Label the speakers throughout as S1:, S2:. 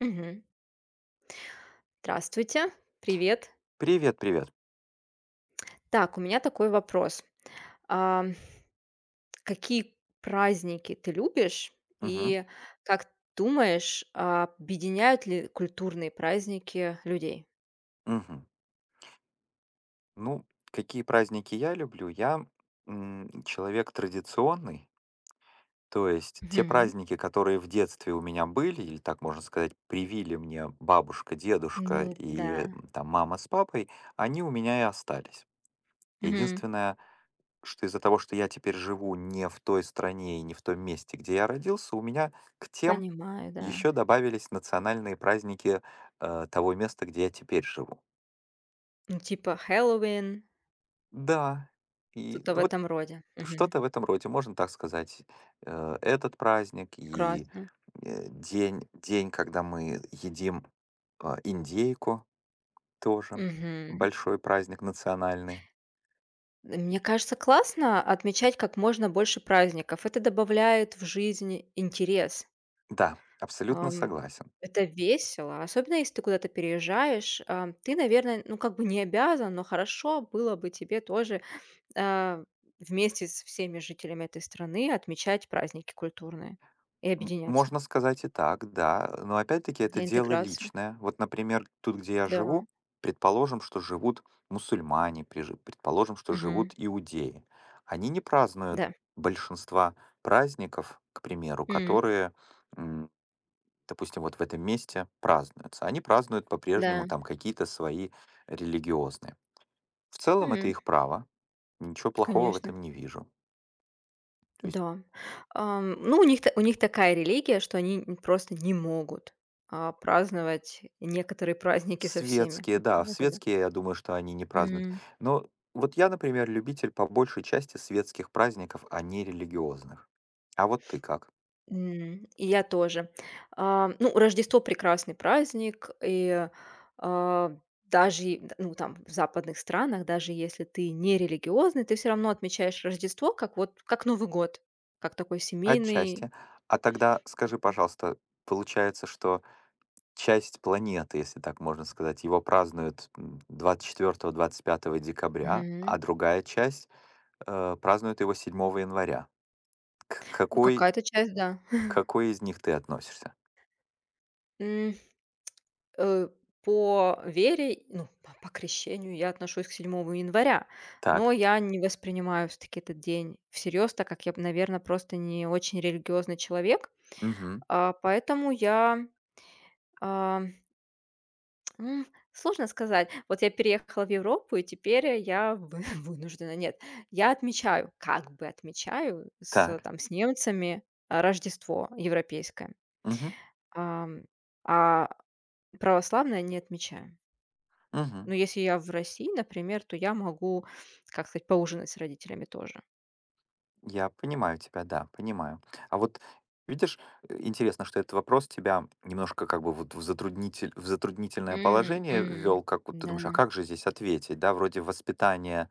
S1: Мгм. Здравствуйте, привет.
S2: Привет, привет.
S1: Так, у меня такой вопрос. А, Какие праздники ты любишь?
S2: Мгм,
S1: И как думаешь, объединяют ли культурные праздники людей?
S2: мгм. Ну, какие праздники я люблю? Я человек традиционный, то есть те
S1: Мгм.
S2: праздники, которые в детстве у меня были, или так можно сказать, привили мне бабушка, дедушка
S1: Ну да.
S2: и там мама с папой, они у меня и остались.
S1: Мгм.
S2: Единственное, что из-за того, что я теперь живу не в той стране и не в том месте, где я родился, у меня к тем
S1: Понимаю, да.
S2: еще добавились национальные праздники того места, где я теперь живу.
S1: Ну, типа Хэллоуин,
S2: Да, и
S1: что-то в
S2: вот
S1: этом роде. Мгм.
S2: что-то в этом роде, можно так сказать. Этот праздник и
S1: Прекрасно.
S2: день, когда мы едим индейку тоже.
S1: Мгм.
S2: Большой праздник национальный.
S1: Мне кажется, классно отмечать как можно больше праздников. Это добавляет в жизнь интерес.
S2: Да, абсолютно
S1: Ам,
S2: согласен.
S1: это весело, особенно если ты куда-то переезжаешь. Ты, наверное, ну, как бы не обязан, но хорошо было бы тебе тоже, а, вместе с всеми жителями этой страны отмечать праздники культурные и объединяться
S2: Можно сказать и так, да. Но опять-таки это
S1: для
S2: дело
S1: интеграции.
S2: личное. Вот, например, тут, где я
S1: Да.
S2: живу, предположим, что живут мусульмане, предположим, что
S1: Мгм.
S2: живут иудеи. Они не празднуют
S1: Да.
S2: большинства праздников, к примеру,
S1: М.
S2: которые, м, допустим, вот в этом месте празднуются. Они празднуют
S1: Да.
S2: по-прежнему там какие-то свои религиозные. В целом это
S1: М.
S2: их право. Ничего плохого в
S1: Конечно.
S2: этом не вижу. То есть
S1: Да. Ну, у них та у них такая религия, что они н просто не могут, праздновать некоторые праздники со всеми.
S2: светские,
S1: Это
S2: да, в
S1: да, да.
S2: светские, я думаю, что они не празднуют. Но вот я, например, любитель по большей части светских праздников, а не религиозных. А вот ты как?
S1: И я тоже. Ну, Рождество — прекрасный праздник, и, а, даже и, д ну, там, в западных странах, даже если ты не религиозный, ты все равно отмечаешь Рождество как вот как Новый год, как такой семейный.
S2: Отчасти. А тогда скажи, пожалуйста, получается, что часть планеты, если так можно сказать, его празднуют двадцать четвертого-двадцать пятого декабря, а
S1: Мгм.
S2: другая часть празднует его седьмого января. К
S1: Ну,
S2: какой,
S1: какая-то часть, да.
S2: к какой из них ты относишься?
S1: М, э, по вере, ну, по крещению я отношусь к 7 января,
S2: Так,
S1: но я не воспринимаю всё-таки этот день всерьез, так как я, наверное, просто не очень религиозный человек.
S2: угу,
S1: Поэтому я, а, м, сложно сказать. Вот я переехала в Европу, и теперь я вы вынуждена. Нет, я отмечаю, как бы отмечаю
S2: так,
S1: там, с немцами, Рождество европейское,
S2: угу,
S1: ам, а православное не отмечаю.
S2: угу.
S1: Но если я в России, например, то я могу, как сказать, поужинать с родителями тоже.
S2: Я понимаю тебя, да, понимаю. А вот видишь, интересно, что этот вопрос тебя немножко как бы вот в затруднительное
S1: Мгм,
S2: положение
S1: мгм.
S2: ввел, как вот ты
S1: Да.
S2: думаешь, а как же здесь ответить, да, вроде воспитание,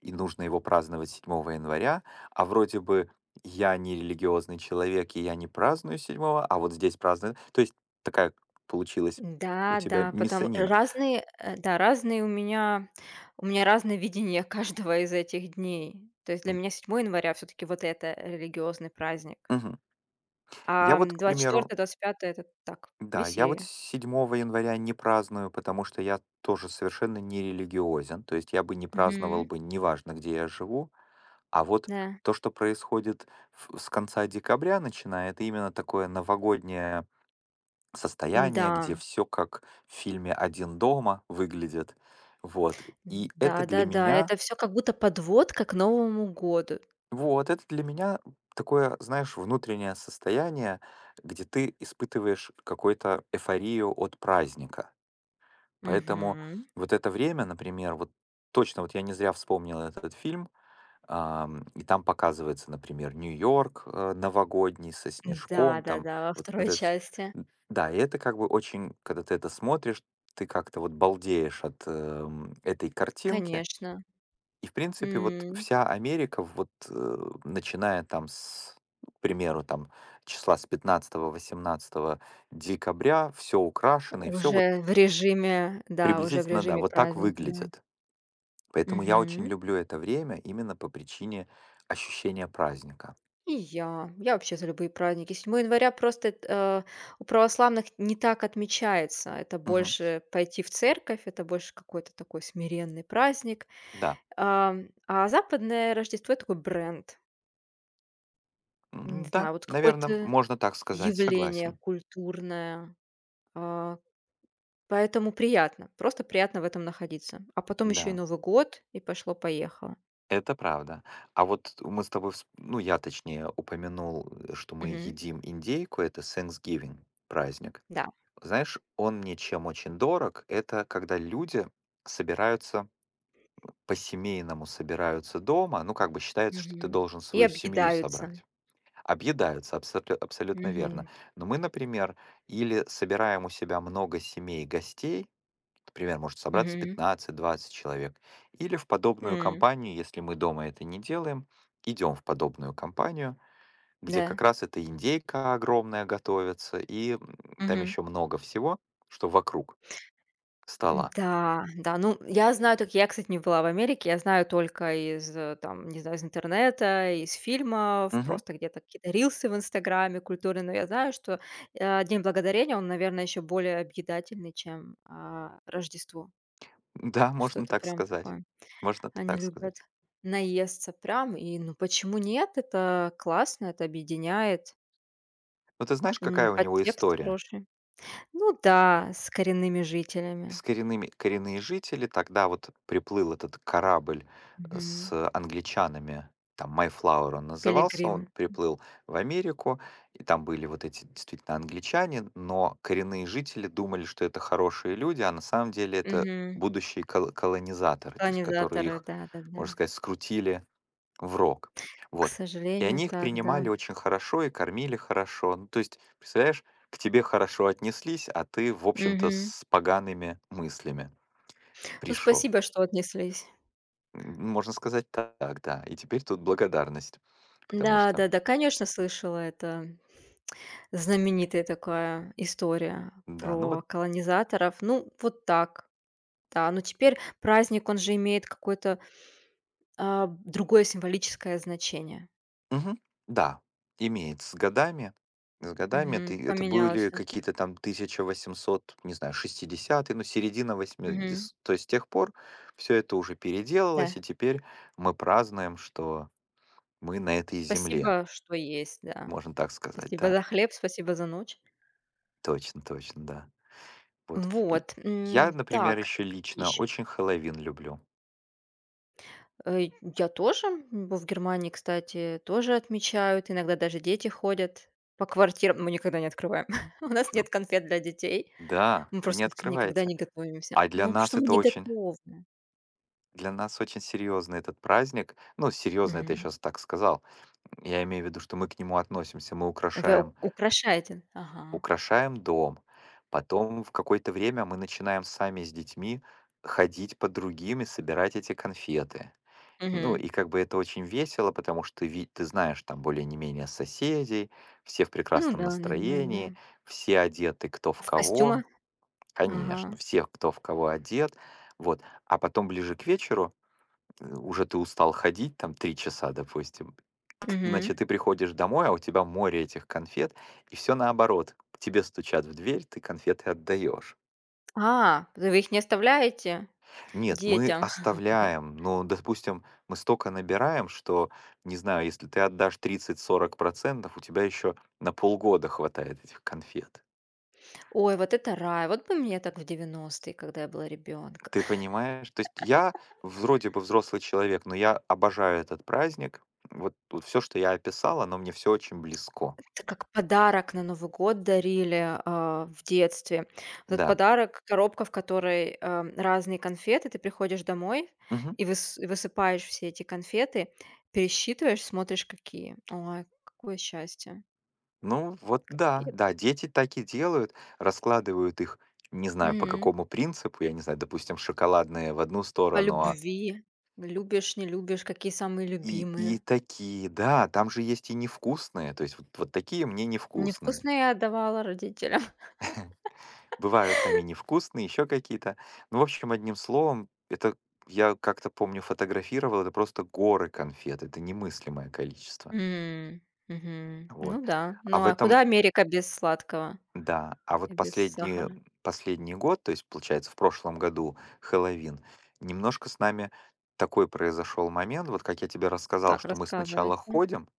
S2: и нужно его праздновать седьмого января, а вроде бы я не религиозный человек, и я не праздную седьмого, а вот здесь праздную. То есть такая получилась у
S1: Да,
S2: тебя
S1: да, потом
S2: миссанина.
S1: разные, да, разные у меня разное видение каждого из этих дней. То есть для меня 7 января все-таки вот это религиозный праздник,
S2: Мгм. Я
S1: а
S2: вот, к примеру,
S1: 24-25 это так,
S2: да, я вот
S1: веселье.
S2: 7 января не праздную, потому что я тоже совершенно не религиозен, то есть я бы не праздновал
S1: Мгм.
S2: бы, неважно, где я живу, а вот
S1: Да.
S2: то, что происходит с конца декабря, начиная, это именно такое новогоднее
S1: Да,
S2: состояние, где все как в фильме «Один дома» выглядит, вот, и это
S1: да,
S2: для
S1: да-да-да,
S2: меня,
S1: это все как будто подводка к Новому году.
S2: вот, это для меня такое, знаешь, внутреннее состояние, где ты испытываешь какую-то эйфорию от праздника. Поэтому
S1: Мгм.
S2: вот это время, например, вот точно вот я не зря вспомнил этот фильм, и там показывается, например, Нью-Йорк новогодний со снежком, там
S1: Да-да-да, во
S2: вот, вот
S1: второй
S2: это всё.
S1: части,
S2: Да, и это как бы очень, когда ты это смотришь, ты как-то вот балдеешь от этой картинки.
S1: конечно.
S2: И, в принципе, вот
S1: М,
S2: вся Америка, вот начиная там с, к примеру, там числа с пятнадцатого восемнадцатого декабря, все украшено, и все вот
S1: Уже в режиме, да, уже в
S2: приблизительно, да,
S1: режиме
S2: вот так
S1: праздника, да.
S2: выглядит. Поэтому я очень
S1: Мгм.
S2: люблю это время именно по причине ощущения праздника.
S1: И я. Я вообще за любые праздники. 7 января просто у православных не так отмечается. Это
S2: Мгм.
S1: больше пойти в церковь, это больше какой-то такой смиренный праздник.
S2: Да,
S1: А западное Рождество — это такой бренд. Не
S2: Да,
S1: знаю, вот
S2: наверное,
S1: какое-то
S2: можно так сказать,
S1: явление
S2: согласен.
S1: культурное, а, поэтому приятно, просто приятно в этом находиться. А потом еще и
S2: Да,
S1: Новый год, и пошло-поехало.
S2: это правда. А вот мы с тобой, ну я точнее упомянул, что мы
S1: Мгм.
S2: едим индейку, это Thanksgiving праздник.
S1: Да.
S2: Знаешь, он мне чем очень дорог, это когда люди собираются, по-семейному собираются дома, ну как бы считается, что ты
S1: Мгм.
S2: должен
S1: И
S2: свою семью
S1: объедаются.
S2: собрать. Объедаются, абсолютно
S1: Мгм.
S2: верно. Но мы, например, или собираем у себя много семей гостей, например, может собраться
S1: Мгм.
S2: пятнадцать-двадцать человек, или в подобную
S1: М.
S2: компанию, если мы дома это не делаем, идем в подобную компанию, где
S1: Да.
S2: как раз эта индейка огромная готовится, и там
S1: Мгм.
S2: еще много всего, что вокруг стола.
S1: Да, да. Ну, я знаю только я, кстати, не была в Америке, я знаю только из, там, не знаю, из интернета, из фильмов,
S2: Мгм.
S1: просто где-то какие-то рилсы в "Инстаграме" культурные. Но я знаю, что, День благодарения, он, наверное, еще более объедательный, чем, Рождество.
S2: Да,
S1: Что
S2: можно
S1: это
S2: так
S1: прям
S2: сказать.
S1: такое.
S2: Можно
S1: Они
S2: так
S1: любят
S2: сказать.
S1: наесться прям, и, ну, почему нет? Это классно, это объединяет.
S2: Но ты знаешь, какая у него
S1: Подтекст
S2: история?
S1: хороший. Ну да, с коренными жителями.
S2: С коренными коренные жители. Тогда вот приплыл этот корабль с
S1: Мгм.
S2: англичанами, там Mayflower он назывался,
S1: Пилигримы.
S2: он приплыл в Америку, и там были вот эти действительно англичане, но коренные жители думали, что это хорошие люди, а на самом деле это
S1: Мгм.
S2: будущие колонизаторы, то есть которые
S1: Тонизаторы,
S2: их,
S1: да-да-да.
S2: можно сказать, скрутили в рок.
S1: К
S2: Вот. И
S1: сожалению,
S2: они их
S1: так, да.
S2: принимали очень хорошо и кормили хорошо. Ну, то есть, представляешь, к тебе хорошо отнеслись, а ты, в общем-то,
S1: Мгм.
S2: с погаными мыслями
S1: Ну,
S2: пришел.
S1: спасибо, что отнеслись.
S2: Можно сказать так, да. И теперь тут благодарность. Потому что,
S1: Да-да-да, конечно, слышала, это знаменитая такая история
S2: да, ну вот,
S1: про колонизаторов. Ну, вот так, да. Но теперь праздник, он же имеет какое-то, другое символическое значение.
S2: мгм, да, имеет. С годами
S1: Мгм.
S2: ты, это
S1: Поменялось
S2: были
S1: всё.
S2: какие-то там 1800, не знаю, 60-е, ну, середина
S1: Мгм.
S2: 80. То есть с тех пор все это уже
S1: Да.
S2: переделалось, и теперь мы празднуем, что мы на этой земле,
S1: Спасибо, что есть, да.
S2: можно так сказать,
S1: Спасибо
S2: да.
S1: за хлеб, спасибо за ночь.
S2: Точно, точно, да. Вот. И
S1: Вот,
S2: я, например,
S1: так,
S2: еще
S1: какие
S2: лично
S1: ещё.
S2: очень Хэллоуин люблю.
S1: Э, я тоже. В Германии, кстати, тоже отмечают. Иногда даже дети ходят по квартирам. Мы никогда не открываем. У нас
S2: Ну
S1: нет конфет для детей.
S2: да,
S1: Мы
S2: вы не
S1: просто никогда
S2: открываете.
S1: не готовимся.
S2: А
S1: Ну,
S2: для
S1: потому
S2: нас
S1: что мы
S2: это
S1: не
S2: очень,
S1: готовы.
S2: для нас очень серьезный этот праздник. Ну, серьезно, это я
S1: Мгм.
S2: сейчас так сказал. Я имею в виду, что мы к нему относимся, мы
S1: Вы у
S2: украшаем,
S1: украшаете? Ага.
S2: украшаем дом. Потом в какое-то время мы начинаем сами с детьми ходить по другим и собирать эти конфеты. Ну,
S1: Мгм.
S2: и как бы это очень весело, потому что ты, ты знаешь там более не менее соседей, все в
S1: Ну
S2: прекрасном
S1: да, да, да, да.
S2: настроении, все одеты кто
S1: А
S2: в
S1: в
S2: кого,
S1: костюмах?
S2: конечно,
S1: Ага.
S2: всех кто в кого одет, вот. А потом ближе к вечеру уже ты устал ходить, там три часа, допустим,
S1: Мгм.
S2: значит, ты приходишь домой, а у тебя море этих конфет, и все наоборот. К тебе стучат в дверь, ты конфеты отдаешь.
S1: Да вы их не оставляете
S2: Нет, мы
S1: детям?
S2: оставляем, но, допустим, мы столько набираем, что, не знаю, если ты отдашь 30-40%, у тебя еще на полгода хватает этих конфет.
S1: Ой, вот это рай. Вот бы мне так в 90-е, когда я была ребенком.
S2: Ты понимаешь? То есть я вроде бы взрослый человек, но я обожаю этот праздник. Вот, все, что я описал, оно мне все очень близко.
S1: Это как подарок на Новый год дарили, в детстве. Вот этот
S2: Да.
S1: подарок — коробка, в которой, разные конфеты. Ты приходишь домой
S2: Мгм.
S1: и высыпаешь все эти конфеты, пересчитываешь, смотришь, какие. Ой, какое счастье.
S2: Ну вот
S1: И
S2: да, да, дети так и делают, раскладывают их, не знаю, по
S1: Мгм.
S2: какому принципу, я не знаю, допустим, шоколадные в одну
S1: По
S2: сторону, а
S1: любви. Любишь, не любишь, какие самые
S2: и
S1: любимые.
S2: такие, да, там же есть и невкусные, то есть вот вот такие мне невкусные.
S1: Невкусные я отдавала родителям.
S2: Бывают там и невкусные, еще какие-то. Ну, в общем, одним словом, это я как-то помню фотографировал, это просто горы конфет, это немыслимое количество.
S1: М, Мгм.
S2: Вот.
S1: Ну да.
S2: А
S1: Ну,
S2: в
S1: а
S2: этом,
S1: куда Америка без сладкого
S2: да, а
S1: и
S2: вот
S1: без
S2: последние,
S1: сахара?
S2: последний год, то есть, получается, в прошлом году Хэллоуин, немножко с нами такой произошел момент, вот как я тебе рассказал,
S1: Так,
S2: что мы сначала
S1: рассказывайте.
S2: ходим,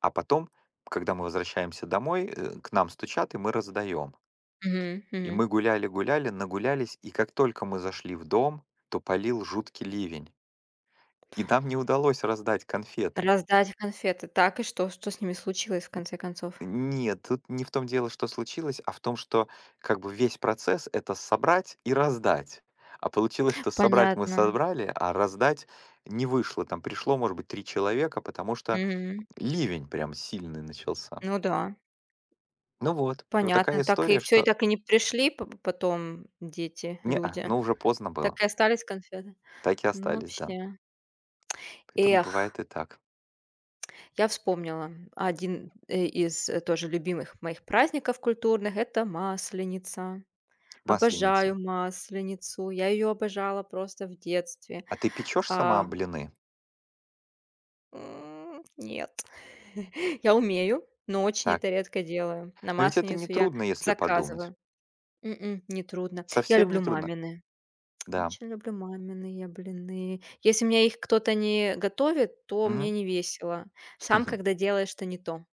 S2: а потом, когда мы возвращаемся домой, к нам стучат, и мы раздаем.
S1: Мгм,
S2: И
S1: мгм.
S2: мы гуляли-гуляли, нагулялись, и как только мы зашли в дом, то полил жуткий ливень. И нам не удалось раздать конфеты.
S1: Раздать конфеты. Так, и что? Что с ними случилось в конце концов?
S2: Нет, тут не в том дело, что случилось, а в том, что как бы весь процесс — это собрать и раздать. А получилось, что собрать мы
S1: Понятно.
S2: собрали, а раздать не вышло. Там пришло, может быть, три человека, потому что
S1: Мгм.
S2: ливень прям сильный начался.
S1: Ну да,
S2: Ну вот, и вот такая
S1: понятно. Так и
S2: история,
S1: все, и
S2: что
S1: так и не пришли п потом дети,
S2: неа,
S1: люди.
S2: ну уже поздно
S1: Так
S2: было.
S1: и остались конфеты?
S2: Так и
S1: Ну,
S2: остались, да.
S1: вообще.
S2: Поэтому
S1: Эх,
S2: бывает и так.
S1: я вспомнила. Один, из, тоже любимых моих праздников культурных — это Масленица.
S2: Масленица.
S1: Обожаю Масленицу. Я ее обожала просто в детстве.
S2: А ты печешь сама
S1: А
S2: блины?
S1: Нет. Я умею, но очень
S2: Так.
S1: это редко делаю. На
S2: Но ведь это не
S1: Масленицу я
S2: трудно, если подумать.
S1: заказываю. Нетрудно. Я
S2: Совсем не
S1: люблю
S2: трудно.
S1: мамины.
S2: Да.
S1: Очень люблю маминые блины. Если мне их кто-то не готовит, то мне
S2: Мгм.
S1: не весело. Сам, когда делаешь, что не то.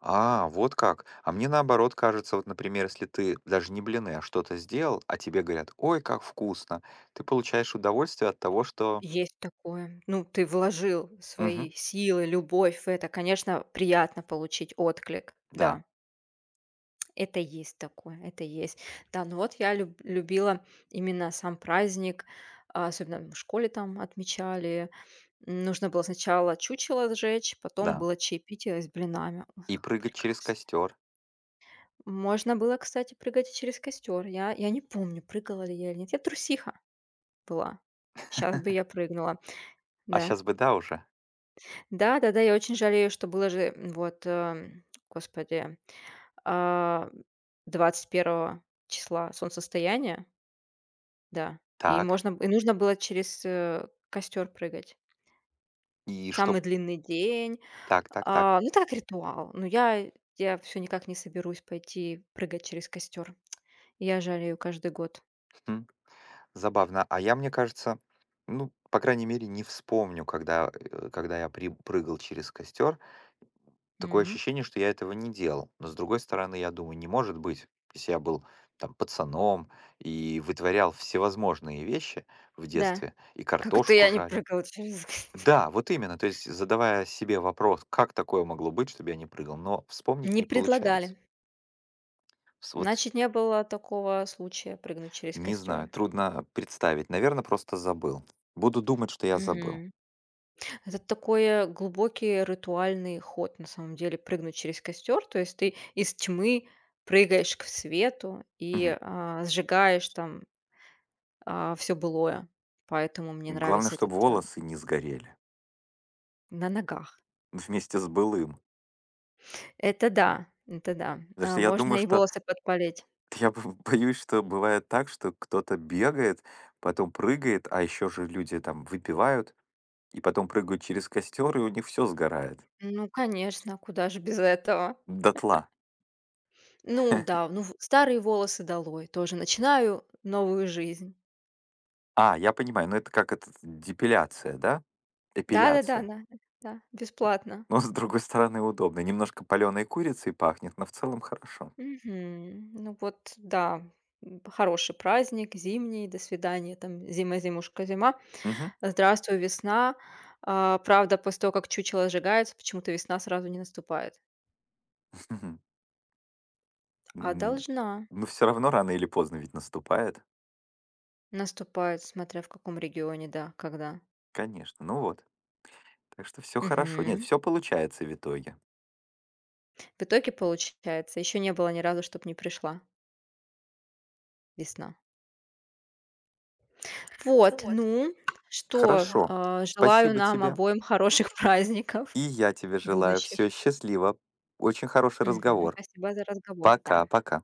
S2: А, вот как. А мне наоборот кажется, вот, например, если ты даже не блины, а что-то сделал, а тебе говорят, ой, как вкусно, ты получаешь удовольствие от того, что...
S1: Есть такое. Ну, ты вложил
S2: Мгм.
S1: свои силы, любовь в это. Конечно, приятно получить отклик.
S2: Да,
S1: Да. Это есть такое, это есть. Да, ну вот я любила именно сам праздник, особенно в школе там отмечали. Нужно было сначала чучело сжечь, потом
S2: да.
S1: было чаепитие с блинами. Ой,
S2: И
S1: как
S2: прыгать через
S1: прекрасно.
S2: костер.
S1: Можно было, кстати, прыгать и через костер. Я не помню, прыгала ли я или нет. Я трусиха была. Сейчас бы я прыгнула.
S2: А
S1: Да.
S2: сейчас бы да уже.
S1: Да-да-да, я очень жалею, что было же, вот, господи, а, 21-го числа солнцестояние. Да, и
S2: Так.
S1: можно б и нужно было через, костер прыгать.
S2: И что...
S1: Самый длинный день.
S2: Так, так, так.
S1: Ну, так, ритуал. Но я все никак не соберусь пойти прыгать через костер. Я жалею каждый год.
S2: Хм. Забавно. А я, мне кажется, ну, по крайней мере, не вспомню, когда, когда я при прыгал через костер. Такое
S1: Мгм.
S2: ощущение, что я этого не делал. Но, с другой стороны, я думаю, не может быть, если я был там пацаном и вытворял всевозможные вещи в
S1: Да.
S2: детстве, и
S1: Как это
S2: картошку
S1: я не
S2: жарил.
S1: прыгала через костер?
S2: Да, вот именно, то есть задавая себе вопрос, как такое могло быть, чтобы я не прыгал, но вспомнить
S1: Не
S2: не получается.
S1: предлагали.
S2: С- Вот с-
S1: Значит, не было такого случая прыгнуть через
S2: не
S1: костер.
S2: знаю, трудно представить. Наверное, просто забыл. Буду думать, что я забыл.
S1: Это такой глубокий ритуальный ход, на самом деле, прыгнуть через костер. То есть ты из тьмы прыгаешь к свету
S2: Мгм.
S1: и, сжигаешь там, все былое. Поэтому мне
S2: Главное,
S1: нравится этот,
S2: чтобы волосы не сгорели
S1: на ногах.
S2: вместе с былым.
S1: Это да, это да.
S2: Потому
S1: А,
S2: что я думаю,
S1: можно и
S2: что
S1: волосы подпалить.
S2: я боюсь, что бывает так, что кто-то бегает, потом прыгает, а еще же люди там выпивают, и потом прыгают через костер, и у них все сгорает.
S1: Ну, конечно, куда же без этого.
S2: Дотла.
S1: Ну да, ну, в старые волосы долой, тоже начинаю новую жизнь.
S2: А, я понимаю, ну это как это депиляция, да?
S1: Да-да-да,
S2: Эпиляция.
S1: да, да, бесплатно.
S2: Но с другой стороны удобно. Немножко паленой курицей пахнет, но в целом хорошо.
S1: Мгм. Ну вот, да, хороший праздник, зимний, до свидания, там, зима, зимушка, зима,
S2: Мгм.
S1: здравствуй, весна. А, правда, после того, как чучело сжигается, почему-то весна сразу не наступает. А
S2: М,
S1: должна
S2: ну все равно рано или поздно ведь наступает.
S1: наступать, смотря в каком регионе, да, когда.
S2: Конечно, ну вот. Так что все хорошо. Нет,
S1: Мгм.
S2: все получается в итоге.
S1: В итоге получается, еще не было ни разу, чтобы не пришла весна.
S2: Вот,
S1: Вот,
S2: вот.
S1: ну что,
S2: Хорошо.
S1: желаю
S2: Спасибо
S1: нам
S2: тебе.
S1: обоим хороших праздников
S2: И я тебе желаю.
S1: будущих.
S2: Все счастливо. Очень хороший
S1: Мгм.
S2: разговор.
S1: Спасибо за разговор, да.
S2: Пока-пока.